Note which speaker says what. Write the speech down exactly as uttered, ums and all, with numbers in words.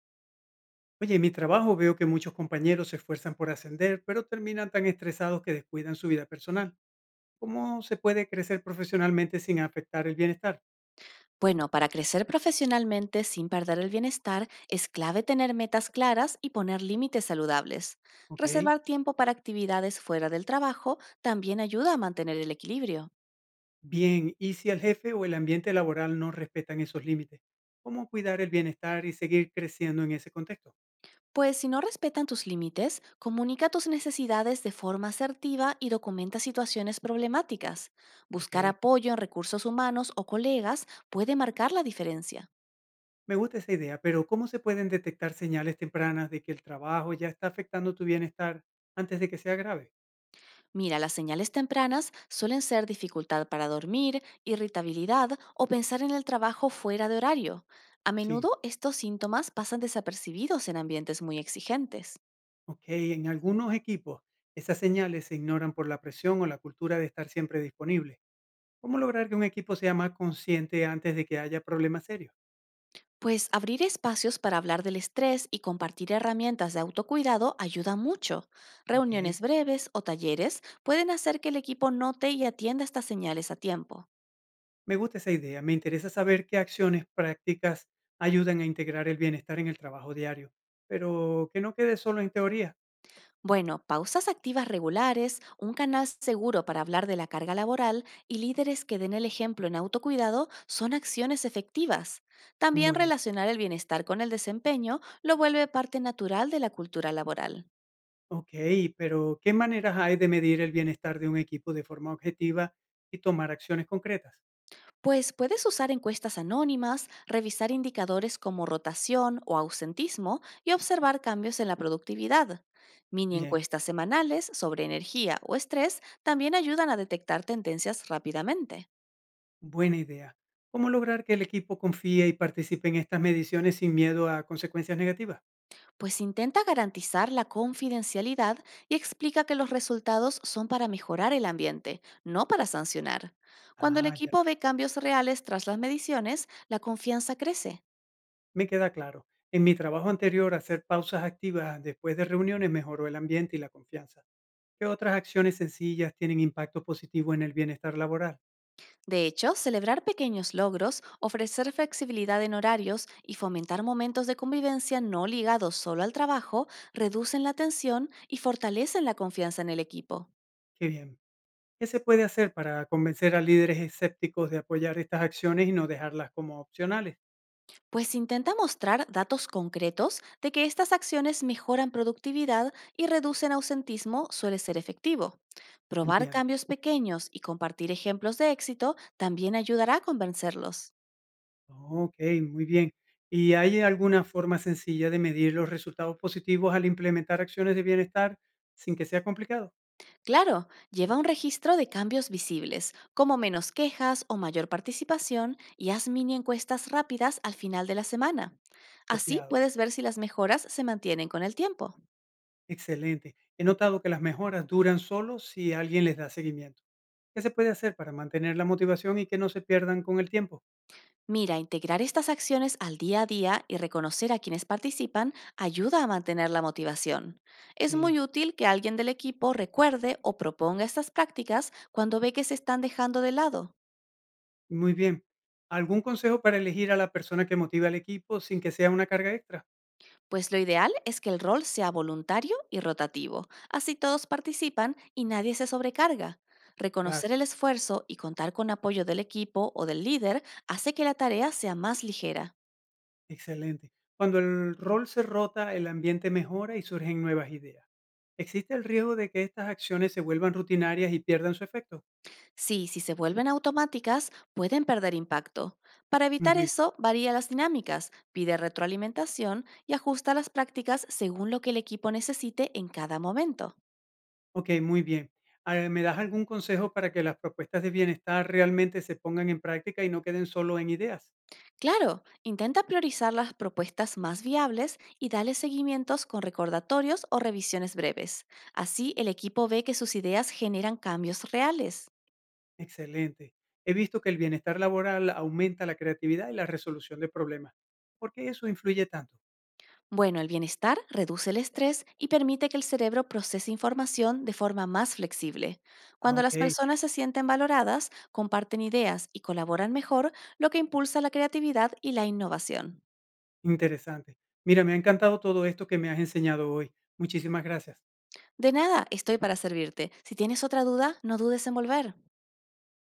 Speaker 1: Oye, en mi trabajo veo que muchos compañeros se esfuerzan por ascender, pero terminan tan estresados que descuidan su vida personal. ¿Cómo se puede crecer profesionalmente sin afectar el bienestar?
Speaker 2: Bueno, para crecer profesionalmente sin perder el bienestar, es clave tener metas claras y poner límites saludables.
Speaker 1: Ok,
Speaker 2: Reservar tiempo para actividades fuera del trabajo también ayuda a mantener el equilibrio.
Speaker 1: bien. ¿Y si el jefe o el ambiente laboral no respetan esos límites? ¿Cómo cuidar el bienestar y seguir creciendo en ese contexto?
Speaker 2: Pues si no respetan tus límites, comunica tus necesidades de forma asertiva y documenta situaciones problemáticas.
Speaker 1: Ok,
Speaker 2: Buscar apoyo en recursos humanos o colegas puede marcar la diferencia.
Speaker 1: me gusta esa idea, pero ¿cómo se pueden detectar señales tempranas de que el trabajo ya está afectando tu bienestar antes de que sea grave?
Speaker 2: Mira, las señales tempranas suelen ser dificultad para dormir, irritabilidad o pensar en el trabajo fuera de horario. A
Speaker 1: Sí.
Speaker 2: menudo estos síntomas pasan desapercibidos en ambientes muy exigentes.
Speaker 1: Ok, en algunos equipos esas señales se ignoran por la presión o la cultura de estar siempre disponible. ¿Cómo lograr que un equipo sea más consciente antes de que haya problemas serios?
Speaker 2: Pues abrir espacios para hablar del estrés y compartir herramientas de autocuidado ayuda mucho.
Speaker 1: Ok,
Speaker 2: Reuniones breves o talleres pueden hacer que el equipo note y atienda estas señales a tiempo.
Speaker 1: me gusta esa idea. Me interesa saber qué acciones prácticas ayudan a integrar el bienestar en el trabajo diario, pero que no quede solo en teoría.
Speaker 2: Bueno, pausas activas regulares, un canal seguro para hablar de la carga laboral y líderes que den el ejemplo en autocuidado son acciones efectivas. También
Speaker 1: Bueno,
Speaker 2: relacionar el bienestar con el desempeño lo vuelve parte natural de la cultura laboral.
Speaker 1: ok, pero ¿qué maneras hay de medir el bienestar de un equipo de forma objetiva y tomar acciones concretas?
Speaker 2: Pues puedes usar encuestas anónimas, revisar indicadores como rotación o ausentismo y observar cambios en la productividad. Mini
Speaker 1: Bien.
Speaker 2: encuestas semanales sobre energía o estrés también ayudan a detectar tendencias rápidamente.
Speaker 1: Buena idea. ¿Cómo lograr que el equipo confíe y participe en estas mediciones sin miedo a consecuencias negativas?
Speaker 2: Pues intenta garantizar la confidencialidad y explica que los resultados son para mejorar el ambiente, no para sancionar. Cuando el
Speaker 1: Ah, ya,
Speaker 2: equipo ve cambios reales tras las mediciones, la confianza crece.
Speaker 1: me queda claro. En mi trabajo anterior, hacer pausas activas después de reuniones mejoró el ambiente y la confianza. ¿Qué otras acciones sencillas tienen impacto positivo en el bienestar laboral?
Speaker 2: De hecho, celebrar pequeños logros, ofrecer flexibilidad en horarios y fomentar momentos de convivencia no ligados solo al trabajo reducen la tensión y fortalecen la confianza en el equipo.
Speaker 1: Qué bien. ¿Qué se puede hacer para convencer a líderes escépticos de apoyar estas acciones y no dejarlas como opcionales?
Speaker 2: Pues intenta mostrar datos concretos de que estas acciones mejoran productividad y reducen ausentismo suele ser efectivo. Probar
Speaker 1: Entiendo.
Speaker 2: cambios pequeños y compartir ejemplos de éxito también ayudará a convencerlos.
Speaker 1: Ok, muy bien. ¿Y hay alguna forma sencilla de medir los resultados positivos al implementar acciones de bienestar sin que sea complicado?
Speaker 2: Claro, lleva un registro de cambios visibles, como menos quejas o mayor participación, y haz mini encuestas rápidas al final de la semana. Así
Speaker 1: Copiado.
Speaker 2: puedes ver si las mejoras se mantienen con el tiempo.
Speaker 1: Excelente. He notado que las mejoras duran solo si alguien les da seguimiento. ¿Qué se puede hacer para mantener la motivación y que no se pierdan con el tiempo?
Speaker 2: Mira, integrar estas acciones al día a día y reconocer a quienes participan ayuda a mantener la motivación. Es
Speaker 1: Sí,
Speaker 2: muy útil que alguien del equipo recuerde o proponga estas prácticas cuando ve que se están dejando de lado.
Speaker 1: muy bien. ¿Algún consejo para elegir a la persona que motiva al equipo sin que sea una carga extra?
Speaker 2: Pues lo ideal es que el rol sea voluntario y rotativo, así todos participan y nadie se sobrecarga.
Speaker 1: Claro,
Speaker 2: Reconocer el esfuerzo y contar con apoyo del equipo o del líder hace que la tarea sea más ligera.
Speaker 1: excelente. Cuando el rol se rota, el ambiente mejora y surgen nuevas ideas. ¿Existe el riesgo de que estas acciones se vuelvan rutinarias y pierdan su efecto?
Speaker 2: Sí, si se vuelven automáticas, pueden perder impacto. Para evitar
Speaker 1: Ujú,
Speaker 2: eso, varía las dinámicas, pide retroalimentación y ajusta las prácticas según lo que el equipo necesite en cada momento.
Speaker 1: ok, muy bien. Ah, ¿me das algún consejo para que las propuestas de bienestar realmente se pongan en práctica y no queden solo en ideas?
Speaker 2: Claro, intenta priorizar las propuestas más viables y dale seguimientos con recordatorios o revisiones breves. Así el equipo ve que sus ideas generan cambios reales.
Speaker 1: Excelente. He visto que el bienestar laboral aumenta la creatividad y la resolución de problemas. ¿Por qué eso influye tanto?
Speaker 2: Bueno, el bienestar reduce el estrés y permite que el cerebro procese información de forma más flexible.
Speaker 1: Ah,
Speaker 2: Cuando
Speaker 1: ok,
Speaker 2: las personas se sienten valoradas, comparten ideas y colaboran mejor, lo que impulsa la creatividad y la innovación.
Speaker 1: interesante. Mira, me ha encantado todo esto que me has enseñado hoy. Muchísimas gracias.
Speaker 2: De nada, estoy para servirte. Si tienes otra duda, no dudes en volver.